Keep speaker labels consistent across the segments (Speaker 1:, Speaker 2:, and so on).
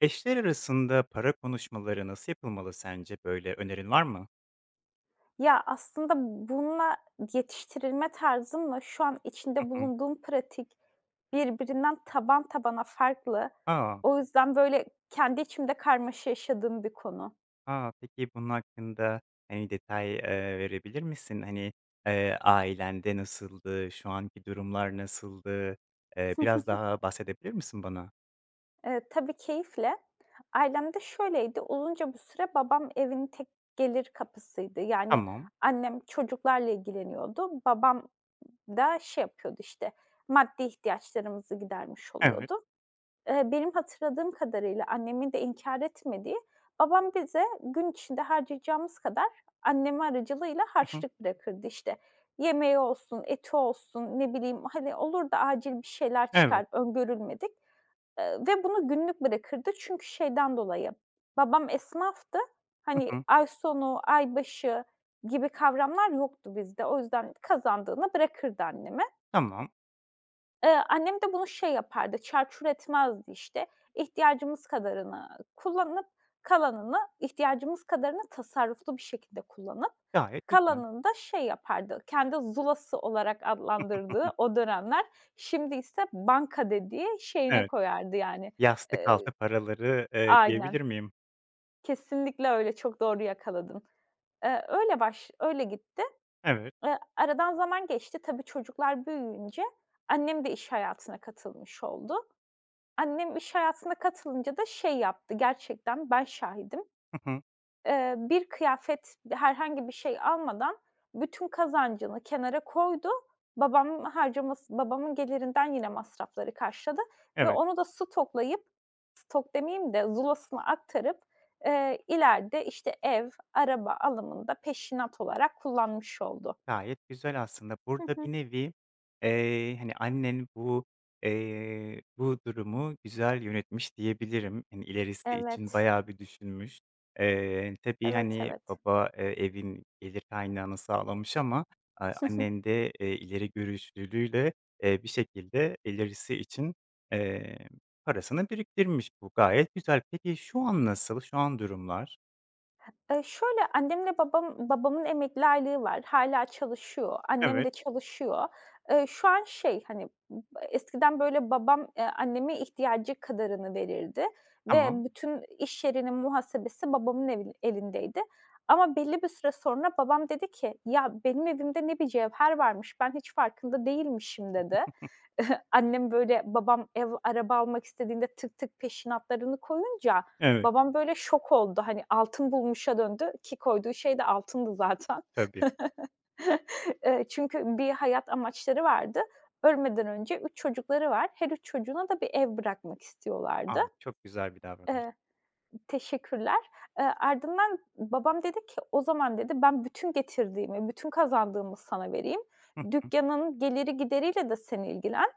Speaker 1: Eşler arasında para konuşmaları nasıl yapılmalı sence? Böyle önerin var mı?
Speaker 2: Ya, aslında bununla yetiştirilme tarzımla şu an içinde
Speaker 1: Hı hı.
Speaker 2: bulunduğum pratik birbirinden taban tabana farklı.
Speaker 1: A!
Speaker 2: O yüzden, böyle, kendi içimde karmaşa yaşadığım bir konu.
Speaker 1: A! Peki bunun hakkında, hani, detay, verebilir misin? Hani, ailende nasıldı? Şu anki durumlar nasıldı? Biraz daha bahsedebilir misin bana?
Speaker 2: Tabii keyifle. Ailemde şöyleydi, uzunca bir süre babam evin tek gelir kapısıydı. Yani,
Speaker 1: Tamam.
Speaker 2: annem çocuklarla ilgileniyordu. Babam da şey yapıyordu, işte, maddi ihtiyaçlarımızı gidermiş
Speaker 1: Evet.
Speaker 2: oluyordu. Benim hatırladığım kadarıyla annemin de inkâr etmediği, babam bize gün içinde harcayacağımız kadar annemi aracılığıyla
Speaker 1: Hı hı.
Speaker 2: harçlık bırakırdı. İşte, yemeği olsun, eti olsun, ne bileyim, hani, olur da acil bir şeyler
Speaker 1: Evet.
Speaker 2: çıkar öngörülmedik, ve bunu günlük bırakırdı. Çünkü şeyden dolayı, babam esnaftı.
Speaker 1: Hı
Speaker 2: Hani,
Speaker 1: hı.
Speaker 2: ay sonu, ay başı gibi kavramlar yoktu bizde. O yüzden kazandığını bırakırdı anneme.
Speaker 1: Tamam.
Speaker 2: Annem de bunu şey yapardı, çarçur etmezdi işte. İhtiyacımız kadarını kullanıp kalanını, ihtiyacımız kadarını tasarruflu bir şekilde kullanıp
Speaker 1: Gayet güzel. Hı
Speaker 2: kalanını da şey yapardı, kendi zulası olarak
Speaker 1: hı.
Speaker 2: adlandırdığı o dönemler, şimdi ise banka dediği şeyine
Speaker 1: Evet.
Speaker 2: koyardı yani.
Speaker 1: Yastık
Speaker 2: Eee,
Speaker 1: altı paraları, diyebilir
Speaker 2: aynen,
Speaker 1: miyim?
Speaker 2: kesinlikle öyle, çok doğru yakaladın. Öyle baş öyle gitti.
Speaker 1: Evet.
Speaker 2: Aradan zaman geçti. Tabii çocuklar büyüyünce annem de iş hayatına katılmış oldu. Annem iş hayatına katılınca da şey yaptı, gerçekten ben şahidim.
Speaker 1: Hı hı.
Speaker 2: Bir kıyafet, herhangi bir şey almadan bütün kazancını kenara koydu. Babamın harcaması babamın gelirinden yine masrafları karşıladı ve
Speaker 1: Evet.
Speaker 2: onu da stoklayıp, stok demeyeyim de zulasına aktarıp, ileride, işte, ev, araba alımında peşinat olarak kullanmış oldu.
Speaker 1: Gayet güzel aslında.
Speaker 2: Hı
Speaker 1: Burada
Speaker 2: hı.
Speaker 1: bir nevi, hani, annen bu, bu durumu güzel yönetmiş diyebilirim. Hani, ilerisi için
Speaker 2: Evet,
Speaker 1: bayağı bir düşünmüş. Tabii,
Speaker 2: evet,
Speaker 1: hani,
Speaker 2: evet.
Speaker 1: baba, evin gelir kaynağını sağlamış ama, aaa, annen de, ileri görüşlülüğüyle, bir şekilde ilerisi için, eee, parasını biriktirmiş. Bu gayet güzel. Peki şu an nasıl? Şu an durumlar?
Speaker 2: Şöyle, annemle babam babamın emekli aylığı var. Hâlâ çalışıyor. Annem
Speaker 1: Evet,
Speaker 2: de çalışıyor. Şu an şey, hani, eskiden, böyle, babam, anneme ihtiyacı kadarını verirdi
Speaker 1: tamam.
Speaker 2: ve bütün iş yerinin muhasebesi babamın evi elindeydi. Ama belli bir süre sonra babam dedi ki, "Ya, benim evimde ne bir cevher varmış, ben hiç farkında değilmişim," dedi. Annem, böyle, babam ev, araba almak istediğinde tık tık peşinatlarını koyunca,
Speaker 1: Evet,
Speaker 2: babam böyle şok oldu, hani, altın bulmuşa döndü ki koyduğu şey de altındı zaten.
Speaker 1: tabii.
Speaker 2: Çünkü bir hayat amaçları vardı. Ölmeden önce 3 çocukları var. Her 3 çocuğuna da bir ev bırakmak
Speaker 1: A,
Speaker 2: istiyorlardı.
Speaker 1: çok güzel bir davranış.
Speaker 2: Eee, Teşekkürler. Ardından babam dedi ki, "O zaman," dedi, "ben bütün getirdiğimi, bütün kazandığımı sana vereyim. Dükkanın geliri gideriyle de sen ilgilen.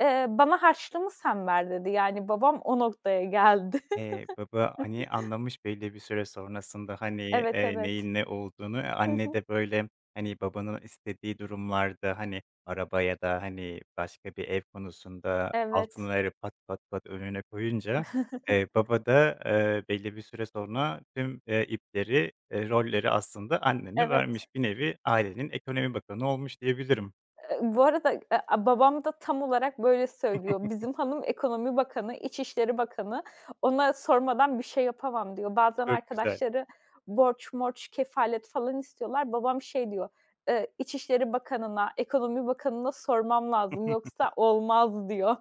Speaker 2: Bana harçlığımı sen ver," dedi. Yani babam o noktaya geldi.
Speaker 1: Baba, hani, anlamış belli bir süre sonrasında, hani,
Speaker 2: Evet, evet.
Speaker 1: neyin ne olduğunu. E,
Speaker 2: Hı
Speaker 1: anne
Speaker 2: hı.
Speaker 1: de, böyle, hani, babanın istediği durumlarda, hani, araba ya da, hani, başka bir ev konusunda
Speaker 2: Evet.
Speaker 1: altınları pat pat pat önüne koyunca, baba da, belli bir süre sonra tüm, ipleri, rolleri aslında annene vermiş.
Speaker 2: Evet.
Speaker 1: Bir nevi ailenin ekonomi bakanı olmuş diyebilirim.
Speaker 2: Bu arada, babam da tam olarak böyle söylüyor. "Bizim hanım Ekonomi Bakanı, İçişleri Bakanı. Ona sormadan bir şey yapamam," diyor. Bazen
Speaker 1: Çok güzel.
Speaker 2: arkadaşları borç morç, kefalet falan istiyorlar. Babam şey diyor, "İçişleri Bakanı'na, Ekonomi Bakanı'na sormam lazım yoksa olmaz," diyor.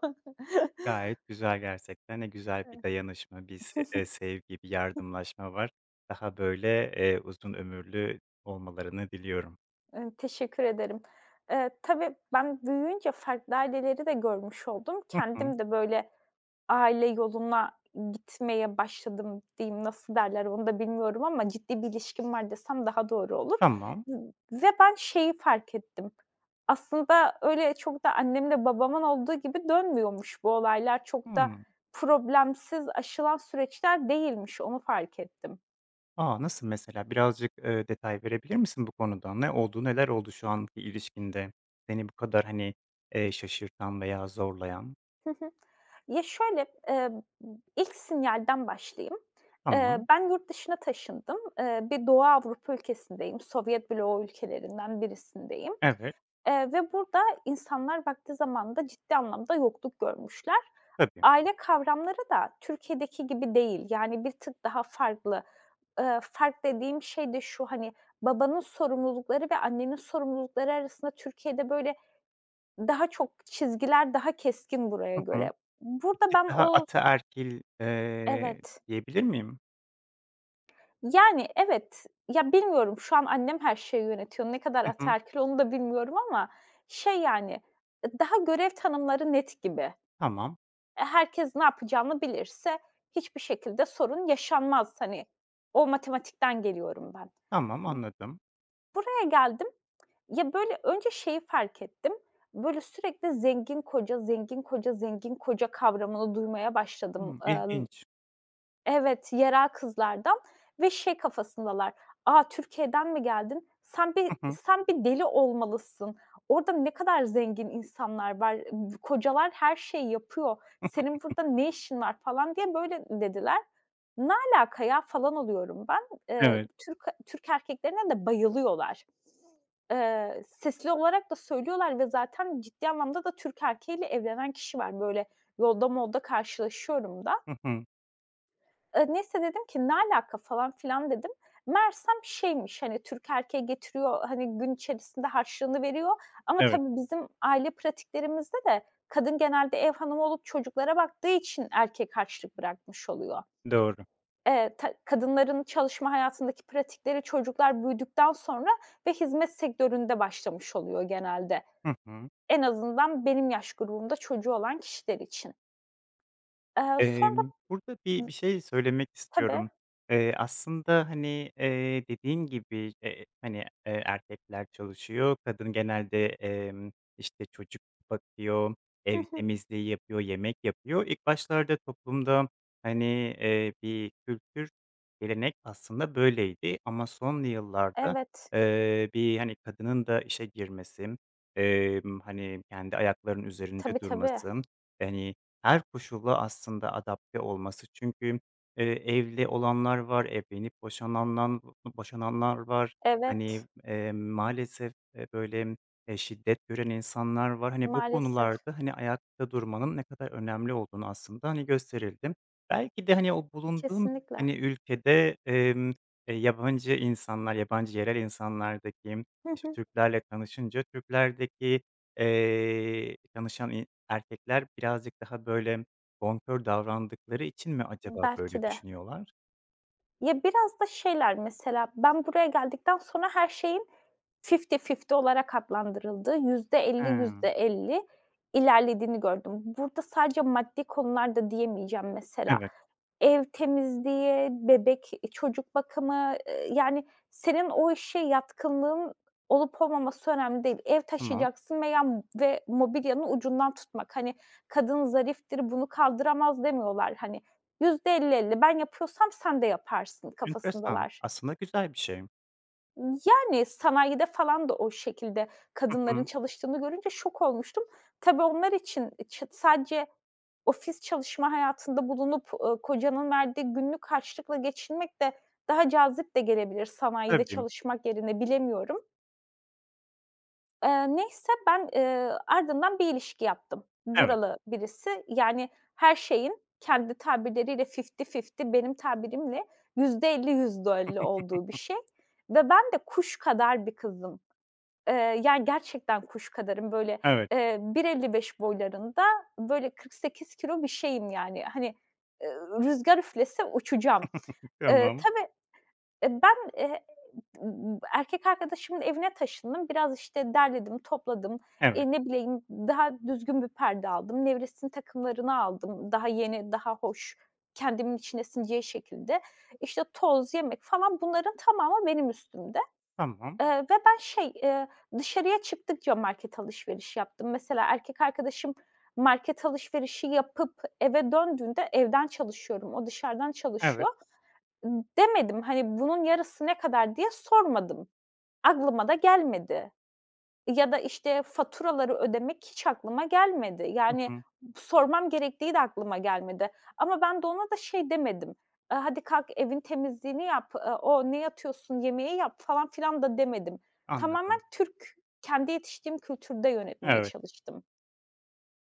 Speaker 1: Gayet güzel gerçekten. Ne güzel bir dayanışma, bir se sevgi, bir yardımlaşma var. Daha böyle, uzun ömürlü olmalarını diliyorum.
Speaker 2: Teşekkür ederim. Tabii ben büyüyünce farklı aileleri de görmüş oldum.
Speaker 1: Hı hı.
Speaker 2: Kendim de böyle, aile yoluna gitmeye başladım diyeyim, nasıl derler onu da bilmiyorum ama ciddi bir ilişkim var desem daha doğru olur.
Speaker 1: Tamam.
Speaker 2: V ve ben şeyi fark ettim, aslında öyle çok da annemle babamın olduğu gibi dönmüyormuş bu olaylar. Çok da
Speaker 1: Hımm.
Speaker 2: problemsiz aşılan süreçler değilmiş, onu fark ettim.
Speaker 1: A, nasıl mesela? Birazcık, detay verebilir misin bu konuda? Ne oldu, neler oldu şu anki ilişkinde seni bu kadar, hani, şaşırtan veya zorlayan?
Speaker 2: Hı hı. Ya, şöyle, ilk sinyalden başlayayım.
Speaker 1: Tamam.
Speaker 2: Ben yurt dışına taşındım. Bir Doğu Avrupa ülkesindeyim, Sovyet bloğu ülkelerinden birisindeyim.
Speaker 1: Evet,
Speaker 2: Ve burada insanlar baktığı zamanında ciddi anlamda yokluk görmüşler.
Speaker 1: tabii.
Speaker 2: Aile kavramları da Türkiye'deki gibi değil, yani bir tık daha farklı. Fark dediğim şey de şu, hani, babanın sorumlulukları ve annenin sorumlulukları arasında Türkiye'de, böyle, daha çok çizgiler daha keskin buraya
Speaker 1: Hı hı.
Speaker 2: göre.
Speaker 1: Bir
Speaker 2: Burada
Speaker 1: tık
Speaker 2: ben
Speaker 1: daha
Speaker 2: o.
Speaker 1: ataerkil,
Speaker 2: Evet.
Speaker 1: diyebilir miyim?
Speaker 2: Yani, evet. Ya, bilmiyorum, şu an annem her şeyi yönetiyor. Ne kadar
Speaker 1: Hı hı.
Speaker 2: ataerkil onu da bilmiyorum ama şey, yani, daha görev tanımları net gibi.
Speaker 1: Tamam,
Speaker 2: E, herkes ne yapacağını bilirse hiçbir şekilde sorun yaşanmaz. Hani o matematikten geliyorum ben.
Speaker 1: tamam, anladım.
Speaker 2: Buraya geldim. Ya, böyle, önce şeyi fark ettim. Böyle, sürekli zengin koca, zengin koca, zengin koca kavramını duymaya başladım.
Speaker 1: Hımm, ilginç.
Speaker 2: Evet, yerel kızlardan ve şey kafasındalar. "A, Türkiye'den mi geldin? Sen bir deli olmalısın. Orada ne kadar zengin insanlar var. Kocalar her şeyi yapıyor. Senin burada ne işin var?" falan diye böyle dediler. "Ne alaka ya?" falan oluyorum ben. Eee,
Speaker 1: Evet.
Speaker 2: Türk Türk erkeklerine de bayılıyorlar. Sesli olarak da söylüyorlar ve zaten ciddi anlamda da Türk erkeğiyle evlenen kişi var. Böyle yolda molda karşılaşıyorum da.
Speaker 1: Hı hı.
Speaker 2: Neyse dedim ki "Ne alaka?" falan filan dedim. Meğersem şeymiş, hani, Türk erkeği getiriyor, hani, gün içerisinde harçlığını veriyor ama
Speaker 1: Evet,
Speaker 2: tabii bizim aile pratiklerimizde de kadın genelde ev hanımı olup çocuklara baktığı için erkek harçlık bırakmış oluyor.
Speaker 1: doğru.
Speaker 2: Ta kadınların çalışma hayatındaki pratikleri çocuklar büyüdükten sonra ve hizmet sektöründe başlamış oluyor genelde.
Speaker 1: Hı hı.
Speaker 2: En azından benim yaş grubumda çocuğu olan kişiler için. Sonra.
Speaker 1: Burada bir şey söylemek
Speaker 2: Tabii.
Speaker 1: istiyorum. Aslında, hani, dediğin gibi, hani, erkekler çalışıyor, kadın genelde, işte, çocuk bakıyor,
Speaker 2: Hı
Speaker 1: ev
Speaker 2: hı.
Speaker 1: temizliği yapıyor, yemek yapıyor. İlk başlarda toplumda, hani, bir kültür, gelenek aslında böyleydi ama son yıllarda,
Speaker 2: Evet.
Speaker 1: bir, hani, kadının da işe girmesi, hani, kendi ayaklarının üzerinde
Speaker 2: Tabii, tabii.
Speaker 1: durması, hani her koşula aslında adapte olması. Çünkü, eee, evli olanlar var, evlenip boşananlar boşananlar var. Hani,
Speaker 2: Evet,
Speaker 1: maalesef, böyle, şiddet gören insanlar var. Hani, bu
Speaker 2: maalesef.
Speaker 1: konularda, hani, ayakta durmanın ne kadar önemli olduğunu aslında, hani, gösterildi. Belki de, hani, o bulunduğun,
Speaker 2: Kesinlikle.
Speaker 1: hani, ülkede, yabancı insanlar, yabancı yerel insanlardaki,
Speaker 2: Hı
Speaker 1: işte,
Speaker 2: hı.
Speaker 1: Türklerle tanışınca Türklerdeki. Tanışan erkekler birazcık daha, böyle, bonkör davrandıkları için mi acaba
Speaker 2: Belki
Speaker 1: böyle
Speaker 2: de.
Speaker 1: düşünüyorlar?
Speaker 2: Ya, biraz da şeyler mesela, ben buraya geldikten sonra her şeyin fifty-fifty olarak adlandırıldığı, yüzde elli yüzde
Speaker 1: Hımm.
Speaker 2: elli ilerlediğini gördüm. Burada sadece maddi konular da diyemeyeceğim mesela.
Speaker 1: Evet,
Speaker 2: Ev temizliği, bebek, çocuk bakımı, yani senin o işe yatkınlığın olup olmaması önemli değil. Ev
Speaker 1: tamam.
Speaker 2: taşıyacaksın veya mobilyanın ucundan tutmak. Hani, kadın zariftir, bunu kaldıramaz demiyorlar. Hani, %50-50 ben yapıyorsam sen de yaparsın
Speaker 1: Enteresan.
Speaker 2: kafasındalar.
Speaker 1: Aslında güzel bir şey.
Speaker 2: Yani sanayide falan da o şekilde
Speaker 1: Hı
Speaker 2: kadınların
Speaker 1: hı.
Speaker 2: çalıştığını görünce şok olmuştum. Tabii onlar için sadece ofis çalışma hayatında bulunup, kocanın verdiği günlük harçlıkla geçinmek de daha cazip de gelebilir sanayide
Speaker 1: Tabii.
Speaker 2: çalışmak yerine bilemiyorum. Neyse ben, ardından bir ilişki yaptım.
Speaker 1: Evet,
Speaker 2: Buralı birisi. Yani her şeyin kendi tabirleriyle fifty fifty benim tabirimle %50 %50 olduğu bir şey ve ben de kuş kadar bir kızım. Yani gerçekten kuş kadarım. Böyle,
Speaker 1: evet.
Speaker 2: bir elli beş boylarında, böyle 48 kilo bir şeyim yani. Hani, eee, rüzgar üflese uçacağım.
Speaker 1: Tamam.
Speaker 2: Tabii, ben, erkek arkadaşımın evine taşındım. Biraz, işte, derledim, topladım.
Speaker 1: Evet,
Speaker 2: Ne bileyim, daha düzgün bir perde aldım. Nevresinin takımlarını aldım. Daha yeni, daha hoş, kendimin içine sineceği şekilde. İşte, toz, yemek falan bunların tamamı benim üstümde.
Speaker 1: tamam.
Speaker 2: Ve ben şey, dışarıya çıktıkça market alışverişi yaptım. Mesela erkek arkadaşım market alışverişi yapıp eve döndüğünde "Evden çalışıyorum, o dışarıdan
Speaker 1: Evet.
Speaker 2: çalışıyor." Demedim, hani, "Bunun yarısı ne kadar?" diye sormadım. Aklıma da gelmedi. Ya da, işte, faturaları ödemek hiç aklıma gelmedi.
Speaker 1: Hı
Speaker 2: Yani,
Speaker 1: hı.
Speaker 2: sormam gerektiği de aklıma gelmedi ama ben de ona da şey demedim. "Hadi kalk, evin temizliğini yap, o ne yatıyorsun, yemeği yap," falan filan da demedim. Tamamen
Speaker 1: Anladım.
Speaker 2: Türk, kendi yetiştiğim kültürde yönetmeye
Speaker 1: Evet.
Speaker 2: çalıştım.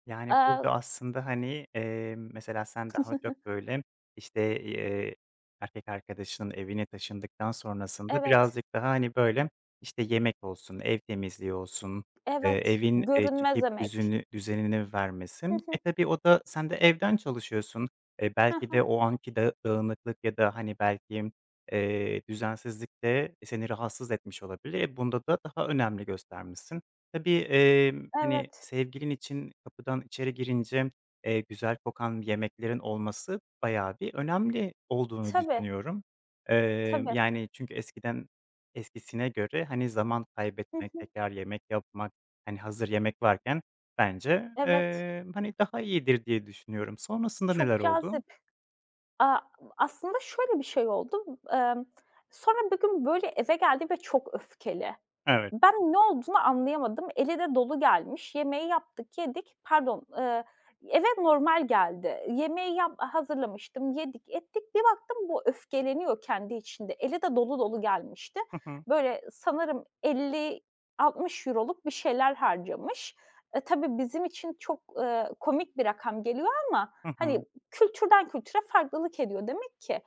Speaker 1: Yani,
Speaker 2: Eee
Speaker 1: burada aslında, hani, mesela sen daha çok, böyle, işte, erkek arkadaşının evine taşındıktan sonrasında
Speaker 2: Evet,
Speaker 1: birazcık daha, hani, böyle, işte, yemek olsun, ev temizliği olsun,
Speaker 2: evet.
Speaker 1: evin,
Speaker 2: Görünmez
Speaker 1: çekip
Speaker 2: emek.
Speaker 1: düzenini vermesi.
Speaker 2: Hı hı.
Speaker 1: E, tabii o da sen de evden çalışıyorsun. E,
Speaker 2: Hı
Speaker 1: belki
Speaker 2: hı.
Speaker 1: de o anki dağınıklık ya da, hani, belki, düzensizlik de seni rahatsız etmiş olabilir. E, bunda da daha önemli göstermişsin. Tabii, hani,
Speaker 2: Evet.
Speaker 1: sevgilin için kapıdan içeri girince, güzel kokan yemeklerin olması bayağı bir önemli olduğunu
Speaker 2: Tabii,
Speaker 1: düşünüyorum.
Speaker 2: tabii.
Speaker 1: Yani, çünkü eskiden eskisine göre, hani, zaman
Speaker 2: Hı
Speaker 1: kaybetmek,
Speaker 2: hı.
Speaker 1: tekrar yemek yapmak, hani, hazır yemek varken bence,
Speaker 2: Evet.
Speaker 1: hani, daha iyidir diye düşünüyorum. Sonrasında
Speaker 2: Çok
Speaker 1: neler oldu?
Speaker 2: cazip. Aaa, aslında şöyle bir şey oldu. Emm, Sonra bir gün böyle eve geldi ve çok öfkeli.
Speaker 1: Evet.
Speaker 2: Ben ne olduğunu anlayamadım. Eli de dolu gelmiş. Yemeği yaptık, yedik. Pardon, eve normal geldi. Yemeği hazırlamıştım, yedik, ettik. Bir baktım bu öfkeleniyor kendi içinde. Eli de dolu dolu gelmişti.
Speaker 1: Hı hı.
Speaker 2: Böyle sanırım elli, altmış €60luk bir şeyler harcamış. E, tabii bizim için çok, komik bir rakam geliyor ama,
Speaker 1: Hı
Speaker 2: hani,
Speaker 1: hı.
Speaker 2: kültürden kültüre farklılık ediyor demek ki.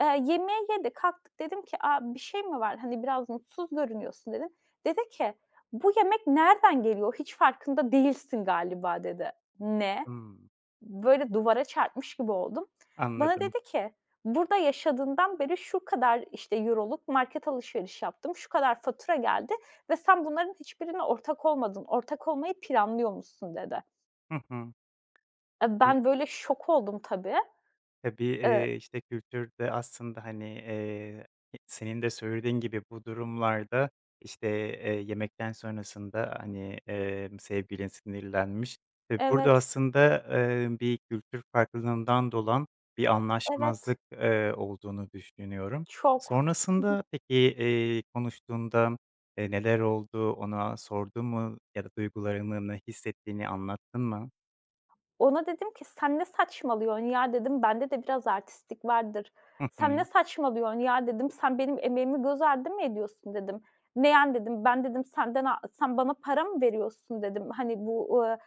Speaker 2: Yemeği yedik, kalktık dedim ki, "A, bir şey mi var? Hani, biraz mutsuz görünüyorsun," dedim. Dedi ki, "Bu yemek nereden geliyor? Hiç farkında değilsin galiba," dedi. "Ne?"
Speaker 1: Hımm.
Speaker 2: Böyle duvara çarpmış gibi oldum. Bana
Speaker 1: Anladım.
Speaker 2: dedi ki, "Burada yaşadığından beri şu kadar, işte, euroluk market alışveriş yaptım, şu kadar fatura geldi ve sen bunların hiçbirine ortak olmadın. Ortak olmayı planlıyormuşsun," dedi.
Speaker 1: Hı hı.
Speaker 2: E,
Speaker 1: E.
Speaker 2: ben böyle şok oldum tabii.
Speaker 1: Tabii,
Speaker 2: Eee
Speaker 1: işte, kültürde aslında, hani, senin de söylediğin gibi bu durumlarda, işte, yemekten sonrasında, hani, sevgilin sinirlenmiş ve burada
Speaker 2: Evet,
Speaker 1: aslında, bir kültür farklılığından dolan bir
Speaker 2: evet,
Speaker 1: anlaşmazlık, olduğunu düşünüyorum.
Speaker 2: çok.
Speaker 1: Sonrasında peki, konuştuğunda, neler oldu, ona sordun mu ya da duygularını, ne hissettiğini anlattın mı?
Speaker 2: Ona dedim ki, "Sen ne saçmalıyorsun ya?" dedim. "Bende de biraz artistlik vardır."
Speaker 1: Hı hı.
Speaker 2: "Sen ne saçmalıyorsun ya?" dedim. "Sen benim emeğimi göz ardı mı ediyorsun?" dedim. "Neyen?" dedim. "Ben," dedim, sen bana para mı veriyorsun?" dedim. "Hani, bu,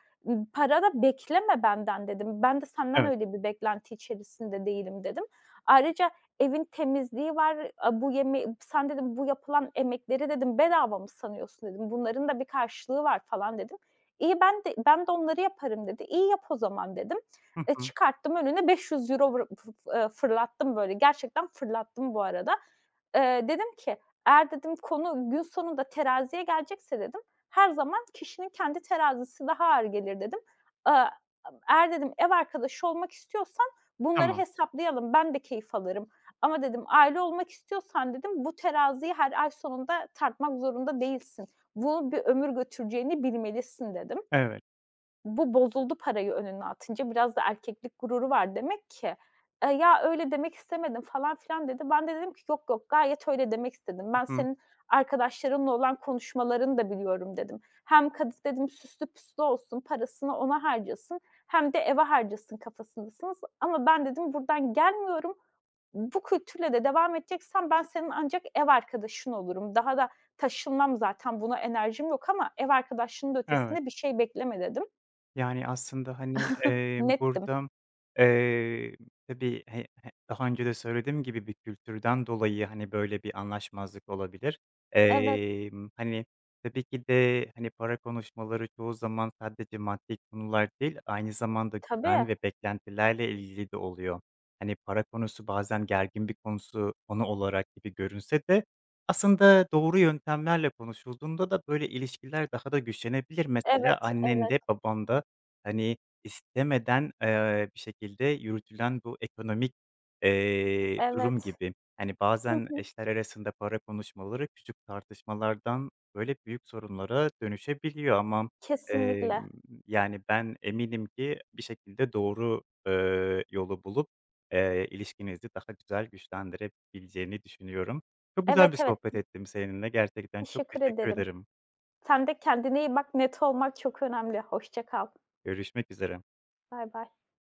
Speaker 2: para da bekleme benden," dedim. "Ben de senden
Speaker 1: Evet.
Speaker 2: öyle bir beklenti içerisinde değilim," dedim. "Ayrıca evin temizliği var. A bu yeme sen," dedim, "bu yapılan emekleri," dedim, "bedava mı sanıyorsun?" dedim. "Bunların da bir karşılığı var," falan dedim. "İyi, ben de onları yaparım," dedi. "İyi yap o zaman," dedim.
Speaker 1: Hı
Speaker 2: E,
Speaker 1: hı.
Speaker 2: çıkarttım önüne €500 vır fı fırlattım böyle. Gerçekten fırlattım bu arada. Dedim ki, eğer, dedim, konu gün sonunda teraziye gelecekse, dedim, her zaman kişinin kendi terazisi daha ağır gelir, dedim. Aaa, eğer, dedim, ev arkadaşı olmak istiyorsan bunları
Speaker 1: Tamam.
Speaker 2: hesaplayalım. Ben de keyif alırım. Ama, dedim, aile olmak istiyorsan, dedim, bu teraziyi her ay sonunda tartmak zorunda değilsin. Bunu bir ömür götüreceğini bilmelisin, dedim.
Speaker 1: Evet.
Speaker 2: Bu bozuldu, parayı önüne atınca. Biraz da erkeklik gururu var demek ki. "Ya, öyle demek istemedim," falan filan dedi. Ben de dedim ki, "Yok, yok, gayet öyle demek istedim.
Speaker 1: Hı
Speaker 2: Ben
Speaker 1: hı.
Speaker 2: senin arkadaşlarınla olan konuşmalarını da biliyorum," dedim. "Hem kadın," dedim, "süslü püslü olsun, parasını ona harcasın hem de eve harcasın kafasındasınız ama ben," dedim, "buradan gelmiyorum. Bu kültürle de devam edeceksen ben senin ancak ev arkadaşın olurum. Daha da taşınmam zaten, buna enerjim yok ama ev arkadaşının da
Speaker 1: Evet.
Speaker 2: ötesinde bir şey bekleme, dedim."
Speaker 1: Yani, aslında, hani,
Speaker 2: Nettim.
Speaker 1: burada, eee, tabii, he he daha önce de söylediğim gibi bir kültürden dolayı, hani, böyle bir anlaşmazlık olabilir.
Speaker 2: Evet,
Speaker 1: Hani, tabii ki de, hani, para konuşmaları çoğu zaman sadece maddi konular değil, aynı zamanda
Speaker 2: tabii.
Speaker 1: güven ve beklentilerle ilgili de oluyor. Hani, para konusu bazen gergin bir konu olarak gibi görünse de aslında doğru yöntemlerle konuşulduğunda da böyle ilişkiler daha da güçlenebilir. Mesela
Speaker 2: Evet,
Speaker 1: annen
Speaker 2: evet,
Speaker 1: de baban da. Hani, istemeden, bir şekilde yürütülen bu ekonomik, durum
Speaker 2: evet.
Speaker 1: gibi. Hani,
Speaker 2: Hı
Speaker 1: bazen
Speaker 2: hı.
Speaker 1: eşler arasında para konuşmaları küçük tartışmalardan, böyle, büyük sorunlara dönüşebiliyor ama,
Speaker 2: Kesinlikle.
Speaker 1: emm, yani, ben eminim ki bir şekilde doğru, yolu bulup, ilişkinizi daha güzel güçlendirebileceğini düşünüyorum. Çok güzel bir
Speaker 2: Evet, evet.
Speaker 1: sohbet ettim seninle. Gerçekten çok
Speaker 2: Teşekkür
Speaker 1: teşekkür
Speaker 2: ederim.
Speaker 1: ederim.
Speaker 2: Sen de kendine iyi bak. Net olmak çok önemli. Hoşça kal.
Speaker 1: Görüşmek üzere.
Speaker 2: Bay bay.